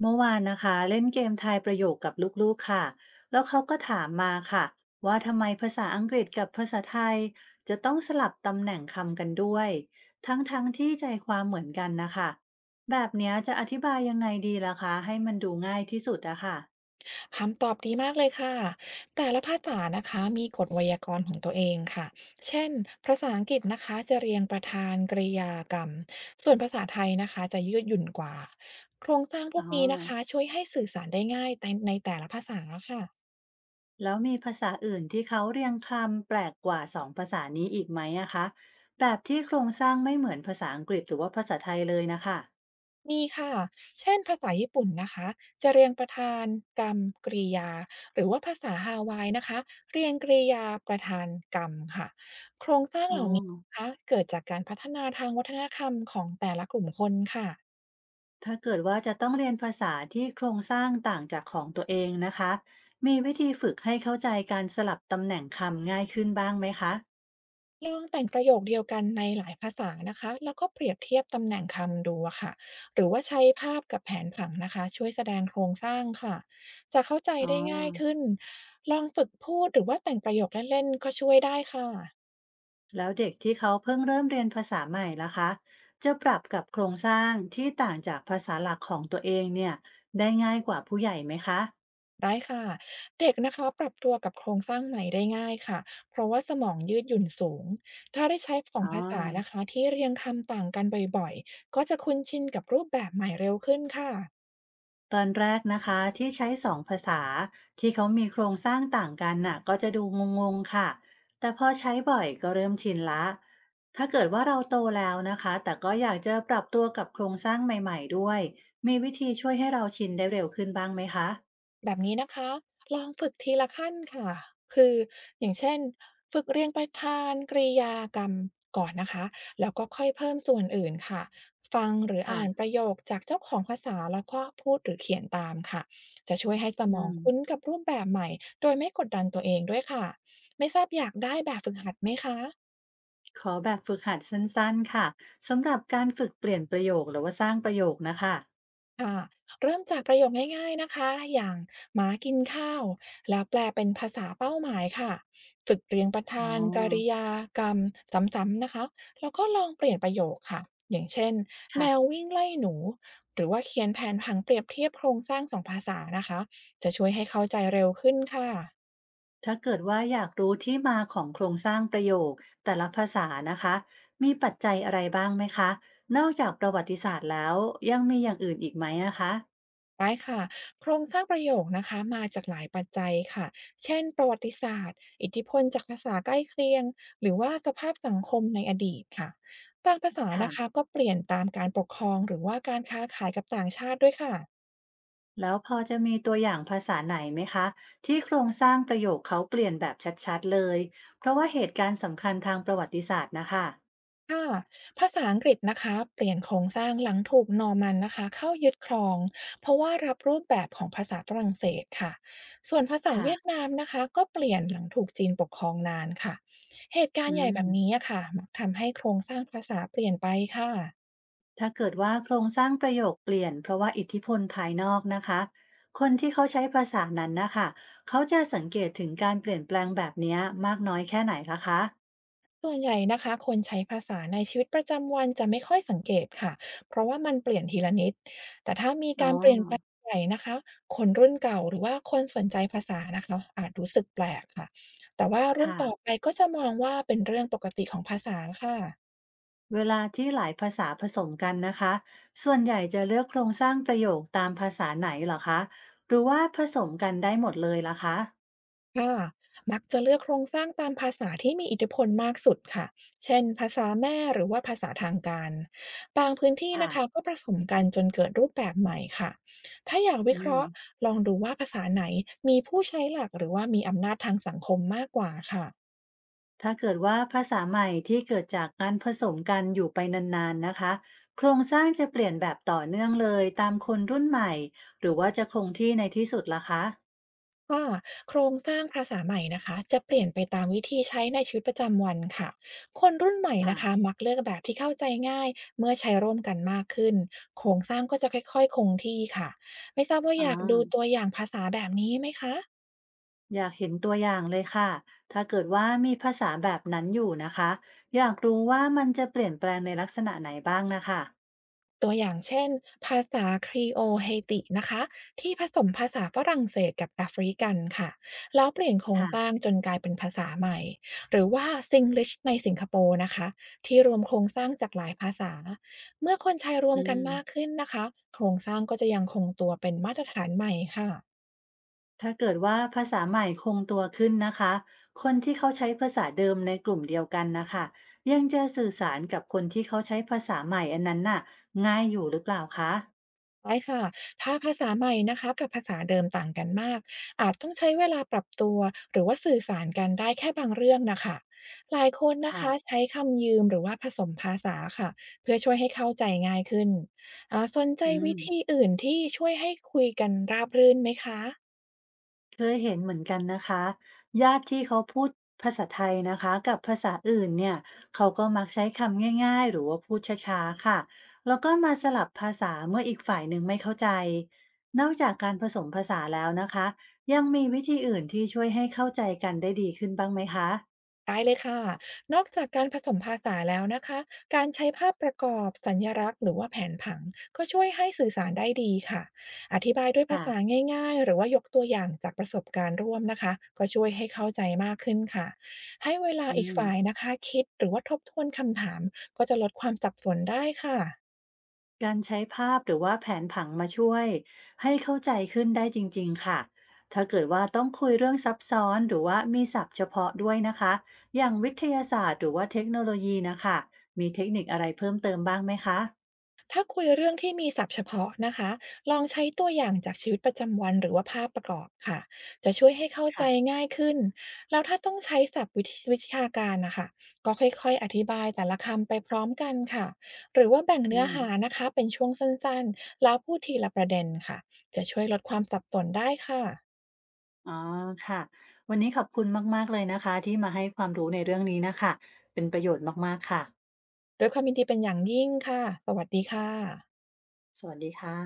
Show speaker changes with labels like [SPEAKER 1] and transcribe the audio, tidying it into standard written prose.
[SPEAKER 1] เมื่อวานนะคะเล่นเกมทายประโยคกับลูกๆค่ะแล้วเขาก็ถามมาค่ะว่าทำไมภาษาอังกฤษกับภาษาไทยจะต้องสลับตำแหน่งคำกันด้วยทั้งๆทที่ใจความเหมือนกันนะคะแบบเนี้ยจะอธิบายยังไงดีล่ะคะให้มันดูง่ายที่สุดอะค่ะ
[SPEAKER 2] คำตอบดีมากเลยค่ะ แต่ละภาษานะคะมีกฎไวยากรณ์ของตัวเองค่ะ เช่นภาษาอังกฤษนะคะจะเรียงประธานกริยากรรม ส่วนภาษาไทยนะคะจะยืดหยุ่นกว่า โครงสร้างพ
[SPEAKER 1] อ๋
[SPEAKER 2] ว
[SPEAKER 1] อ
[SPEAKER 2] กนี้นะคะช่วยให้สื่อสารได้ง่ายแต่ในแต่ละภาษาค่ะ
[SPEAKER 1] แล้วมีภาษาอื่นที่เขาเรียงคำแปลกกว่าสองภาษานี้อีกไหมอะคะแบบที่โครงสร้างไม่เหมือนภาษาอังกฤษหรือว่าภาษาไทยเลยนะคะ
[SPEAKER 2] มีค่ะเช่นภาษาญี่ปุ่นนะคะจะเรียงประธานกรรมกริยาหรือว่าภาษาฮาวายนะคะเรียงกริยาประธานกรรมค่ะโครงสร้าง
[SPEAKER 1] อ๋อ
[SPEAKER 2] เหล่านี้นะคะเกิดจากการพัฒนาทางวัฒนธรรมของแต่ละกลุ่มคนค่ะ
[SPEAKER 1] ถ้าเกิดว่าจะต้องเรียนภาษาที่โครงสร้างต่างจากของตัวเองนะคะ มีวิธีฝึกให้เข้าใจการสลับตำแหน่งคำง่ายขึ้นบ้างไหมคะ
[SPEAKER 2] ลองแต่งประโยคเดียวกันในหลายภาษานะคะแล้วก็เปรียบเทียบตำแหน่งคำดูอะค่ะหรือว่าใช้ภาพกับแผนผังนะคะช่วยแสดงโครงสร้างค่ะจะเข้าใจ
[SPEAKER 1] อ๋อ
[SPEAKER 2] ได้ง่ายขึ้นลองฝึกพูดหรือว่าแต่งประโยคเล่นๆก็ช่วยได้ค่ะ
[SPEAKER 1] แล้วเด็กที่เขาเพิ่งเริ่มเรียนภาษาใหม่ล่ะคะจะปรับกับโครงสร้างที่ต่างจากภาษาหลักของตัวเองเนี่ยได้ง่ายกว่าผู้ใหญ่ไหมคะ
[SPEAKER 2] ได้ค่ะเด็กนะคะปรับตัวกับโครงสร้างใหม่ได้ง่ายค่ะเพราะว่าสมองยืดหยุ่นสูงถ้าได้ใช้สอ
[SPEAKER 1] อ๋อ
[SPEAKER 2] งภาษานะคะที่เรียงคำต่างกันบ่อยๆก็จะคุ้นชินกับรูปแบบใหม่เร็วขึ้นค่ะ
[SPEAKER 1] ตอนแรกนะคะที่ใช้สองภาษาที่เขามีโครงสร้างต่างกันน่ะก็จะดูงงๆค่ะแต่พอใช้บ่อยก็เริ่มชินละถ้าเกิดว่าเราโตแล้วนะคะแต่ก็อยากจะปรับตัวกับโครงสร้างใหม่ๆด้วยมีวิธีช่วยให้เราชินได้เร็วขึ้นบ้างไหมคะ
[SPEAKER 2] แบบนี้นะคะ ลองฝึกทีละขั้นค่ะ คือ อย่างเช่น ฝึกเรียงประธานกริยากรรมก่อนนะคะ แล้วก็ค่อยเพิ่มส่วนอื่นค่ะ ฟังหรือ
[SPEAKER 1] ค่ะ
[SPEAKER 2] อ่านประโยคจากเจ้าของภาษาแล้วก็พูดหรือเขียนตามค่ะจะช่วยให้ส
[SPEAKER 1] อื
[SPEAKER 2] มองคุ้น
[SPEAKER 1] ม
[SPEAKER 2] กับรูปแบบใหม่โดยไม่กดดันตัวเองด้วยค่ะ ไม่ทราบอยากได้แบบฝึกหัดไหมคะ
[SPEAKER 1] ขอแบบฝึกหัดสั้นๆค่ะสำหรับการฝึกเปลี่ยนประโยคหรือว่าสร้างประโยคนะคะ
[SPEAKER 2] เริ่มจากประโยคง่ายๆนะคะ อย่างหมากินข้าว แล้วแปลเป็นภาษาเป้าหมายค่ะ ฝึกเรียงประ
[SPEAKER 1] อ๋อ
[SPEAKER 2] ธานกริยากรรมซ้ำๆนะคะแล้วก็ลองเปลี่ยนประโยคค่ะ อย่างเช่นแมว
[SPEAKER 1] ค่ะ
[SPEAKER 2] วิ่งไล่หนู หรือว่าเขียนแผนผังเปรียบเทียบโครงสร้างสองภาษานะคะ จะช่วยให้เข้าใจเร็วขึ้นค่ะ
[SPEAKER 1] ถ้าเกิดว่าอยากรู้ที่มาของโครงสร้างประโยคแต่ละภาษานะคะมีปัจจัยอะไรบ้างไหมคะนอกจากประวัติศาสตร์แล้วยังมีอย่างอื่นอีกไหมอะคะ
[SPEAKER 2] ได้ค่ะโครงสร้างประโยคนะคะมาจากหลายปัจจัยค่ะเช่นประวัติศาสตร์อิทธิพลจากภาษาใกล้เคียงหรือว่าสภาพสังคมในอดีตค่ะบางภาษา
[SPEAKER 1] ค่ะ
[SPEAKER 2] นะคะก็เปลี่ยนตามการปกครองหรือว่าการค้าขายกับต่างชาติด้วยค่ะ
[SPEAKER 1] แล้วพอจะมีตัวอย่างภาษาไหนไหมคะที่โครงสร้างประโยคเขาเปลี่ยนแบบชัดๆเลยเพราะว่าเหตุการณ์สำคัญทางประวัติศาสตร์นะคะ
[SPEAKER 2] ค่ะภาษาอังกฤษนะคะเปลี่ยนโครงสร้างหลังถูกนอร์มันนะคะเข้ายึดครองเพราะว่ารับรูปแบบของภาษาฝรั่งเศสค่ะส่วนภาษาเวียด
[SPEAKER 1] ค่ะ
[SPEAKER 2] นามนะคะก็เปลี่ยนหลังถูกจีนปกครองนานค่ะเหตุการ
[SPEAKER 1] อื
[SPEAKER 2] ณ์ใหญ่
[SPEAKER 1] ม
[SPEAKER 2] แบบนี้อะค่ะมักทำให้โครงสร้างภาษาเปลี่ยนไปค่ะ
[SPEAKER 1] ถ้าเกิดว่าโครงสร้างประโยคเปลี่ยนเพราะว่าอิทธิพลภายนอกนะคะคนที่เขาใช้ภาษานั้นนะคะเขาจะสังเกตถึงการเปลี่ยนแปลงแบบเนี้ยมากน้อยแค่ไหนล่ะคะ
[SPEAKER 2] ส่วนใหญ่นะคะคนใช้ภาษาในชีวิตประจำวันจะไม่ค่อยสังเกตค่ะเพราะว่ามันเปลี่ยนทีละนิดแต่ถ้ามี
[SPEAKER 1] อ๋อ
[SPEAKER 2] การเปลี่ยนแปลงใหญ่นะคะคนรุ่นเก่าหรือว่าคนสนใจภาษานะคะอาจรู้สึกแปลกค่ะแต่ว่ารุ่น
[SPEAKER 1] ค่ะ
[SPEAKER 2] ต่อไปก็จะมองว่าเป็นเรื่องปกติของภาษาค่ะ
[SPEAKER 1] เวลาที่หลายภาษาผสมกันนะคะส่วนใหญ่จะเลือกโครงสร้างประโยคตามภาษาไหนเหรอคะหรือว่าผสมกันได้หมดเลยล่ะคะ
[SPEAKER 2] ค่ะมักจะเลือกโครงสร้างตามภาษาที่มีอิทธิพลมากสุดค่ะ เช่นภาษาแม่หรือว่าภาษาทางการ บางพื้นที่นะคะ
[SPEAKER 1] ค่ะ
[SPEAKER 2] ก็ผสมกันจนเกิดรูปแบบใหม่ค่ะ ถ้าอยากวิ
[SPEAKER 1] อื
[SPEAKER 2] เค
[SPEAKER 1] ม
[SPEAKER 2] ราะห์ลองดูว่าภาษาไหนมีผู้ใช้หลักหรือว่ามีอำนาจทางสังคมมากกว่าค่ะ
[SPEAKER 1] ถ้าเกิดว่าภาษาใหม่ที่เกิดจากการผสมกันอยู่ไปนานๆนะคะโครงสร้างจะเปลี่ยนแบบต่อเนื่องเลยตามคนรุ่นใหม่หรือว่าจะคงที่ในที่สุดล่ะคะ
[SPEAKER 2] ค่ะโครงสร้างภาษาใหม่นะคะจะเปลี่ยนไปตามวิธีใช้ในชีวิตประจำวันค่ะคนรุ่นใหม่
[SPEAKER 1] ค่ะ
[SPEAKER 2] นะคะมักเลือกแบบที่เข้าใจง่ายเมื่อใช้ร่วมกันมากขึ้นโครงสร้างก็จะค่อยๆคงที่ค่ะไม่ทราบว่า
[SPEAKER 1] อ๋
[SPEAKER 2] อยากดู
[SPEAKER 1] อ
[SPEAKER 2] ตัวอย่างภาษาแบบนี้ไหมคะ
[SPEAKER 1] อยากเห็นตัวอย่างเลยค่ะถ้าเกิดว่ามีภาษาแบบนั้นอยู่นะคะอยากรู้ว่ามันจะเปลี่ยนแปลงในลักษณะไหนบ้างนะคะ
[SPEAKER 2] ตัวอย่างเช่นภาษาครีโอเฮตินะคะที่ผสมภาษาฝรั่งเศสกับแอฟริกันค่ะแล้วเปลี่ยนโครง
[SPEAKER 1] ค่ะ
[SPEAKER 2] สร้างจนกลายเป็นภาษาใหม่หรือว่าซิงลิชในสิงคโปร์นะคะที่รวมโครงสร้างจากหลายภาษาเมื่อคนใช้รวม
[SPEAKER 1] อื
[SPEAKER 2] กัน
[SPEAKER 1] ม
[SPEAKER 2] มากขึ้นนะคะโครงสร้างก็จะยังคงตัวเป็นมาตรฐานใหม่ค่ะ
[SPEAKER 1] ถ้าเกิดว่าภาษาใหม่คงตัวขึ้นนะคะ คนที่เขาใช้ภาษาเดิมในกลุ่มเดียวกันนะคะยังจะสื่อสารกับคนที่เขาใช้ภาษาใหม่อันนั้นน่ะง่ายอยู่หรือเปล่าคะ
[SPEAKER 2] ใช่ค่ะถ้าภาษาใหม่นะคะกับภาษาเดิมต่างกันมาก อาจต้องใช้เวลาปรับตัวหรือว่าสื่อสารกันได้แค่บางเรื่องนะคะหลายคนนะ
[SPEAKER 1] ค่ะ
[SPEAKER 2] คะใช้คำยืมหรือว่าผสมภาษาค่ะเพื่อช่วยให้เข้าใจง่ายขึ้นสนใจ
[SPEAKER 1] อืม
[SPEAKER 2] วิธีอื่นที่ช่วยให้คุยกันราบรื่นไหมคะ
[SPEAKER 1] เคยเห็นเหมือนกันนะคะญาติที่เขาพูดภาษาไทยนะคะกับภาษาอื่นเนี่ยเขาก็มักใช้คำง่ายๆหรือว่าพูดช้าๆค่ะแล้วก็มาสลับภาษาเมื่ออีกฝ่ายหนึ่งไม่เข้าใจนอกจากการผสมภาษาแล้วนะคะยังมีวิธีอื่นที่ช่วยให้เข้าใจกันได้ดีขึ้นบ้างไหมคะ
[SPEAKER 2] ได้เลยค่ะ นอกจากการผสมภาษาแล้วนะคะ การใช้ภาพประกอบสัญลักษณ์หรือว่าแผนผังก็ช่วยให้สื่อสารได้ดีค่ะ อธิบายด้วยภาษา
[SPEAKER 1] ค่ะ
[SPEAKER 2] ง่ายๆหรือว่ายกตัวอย่างจากประสบการณ์ร่วมนะคะก็ช่วยให้เข้าใจมากขึ้นค่ะให้เวลา
[SPEAKER 1] อื
[SPEAKER 2] อีก
[SPEAKER 1] ม
[SPEAKER 2] ฝ่ายนะคะคิดหรือว่าทบทวนคำถามก็จะลดความสับสนได้ค่ะ
[SPEAKER 1] การใช้ภาพหรือว่าแผนผังมาช่วยให้เข้าใจขึ้นได้จริงๆค่ะ ถ้าเกิดว่าต้องคุยเรื่องซับซ้อนหรือว่ามีศัพท์เฉพาะด้วยนะคะ อย่างวิทยาศาสตร์หรือว่าเทคโนโลยีนะคะ มีเทคนิคอะไรเพิ่มเติมบ้างไหมคะ
[SPEAKER 2] ถ้าคุยเรื่องที่มีศัพท์เฉพาะนะคะลองใช้ตัวอย่างจากชีวิตประจำวันหรือว่าภาพประกอบค่ะจะช่วยให้เข้าใจ
[SPEAKER 1] ค่ะ
[SPEAKER 2] ง่ายขึ้นแล้วถ้าต้องใช้ศัพท์วิทวิชาการนะคะก็ค่อยๆอธิบายแต่ละคำไปพร้อมกันค่ะหรือว่าแบ่ง
[SPEAKER 1] อื
[SPEAKER 2] เนื้อ
[SPEAKER 1] ม
[SPEAKER 2] หานะคะเป็นช่วงสั้นๆแล้วพูดทีละประเด็นค่ะจะช่วยลดความสับสนได้ค่ะ
[SPEAKER 1] อ๋อค่ะ วันนี้ขอบคุณมากๆเลยนะคะที่มาให้ความรู้ในเรื่องนี้นะคะ เป็นประโยชน์มากๆค่ะ
[SPEAKER 2] ด้วยความยินดีเป็นอย่างยิ่งค่ะสวัสดีค่ะ
[SPEAKER 1] สวัสดีค่ะ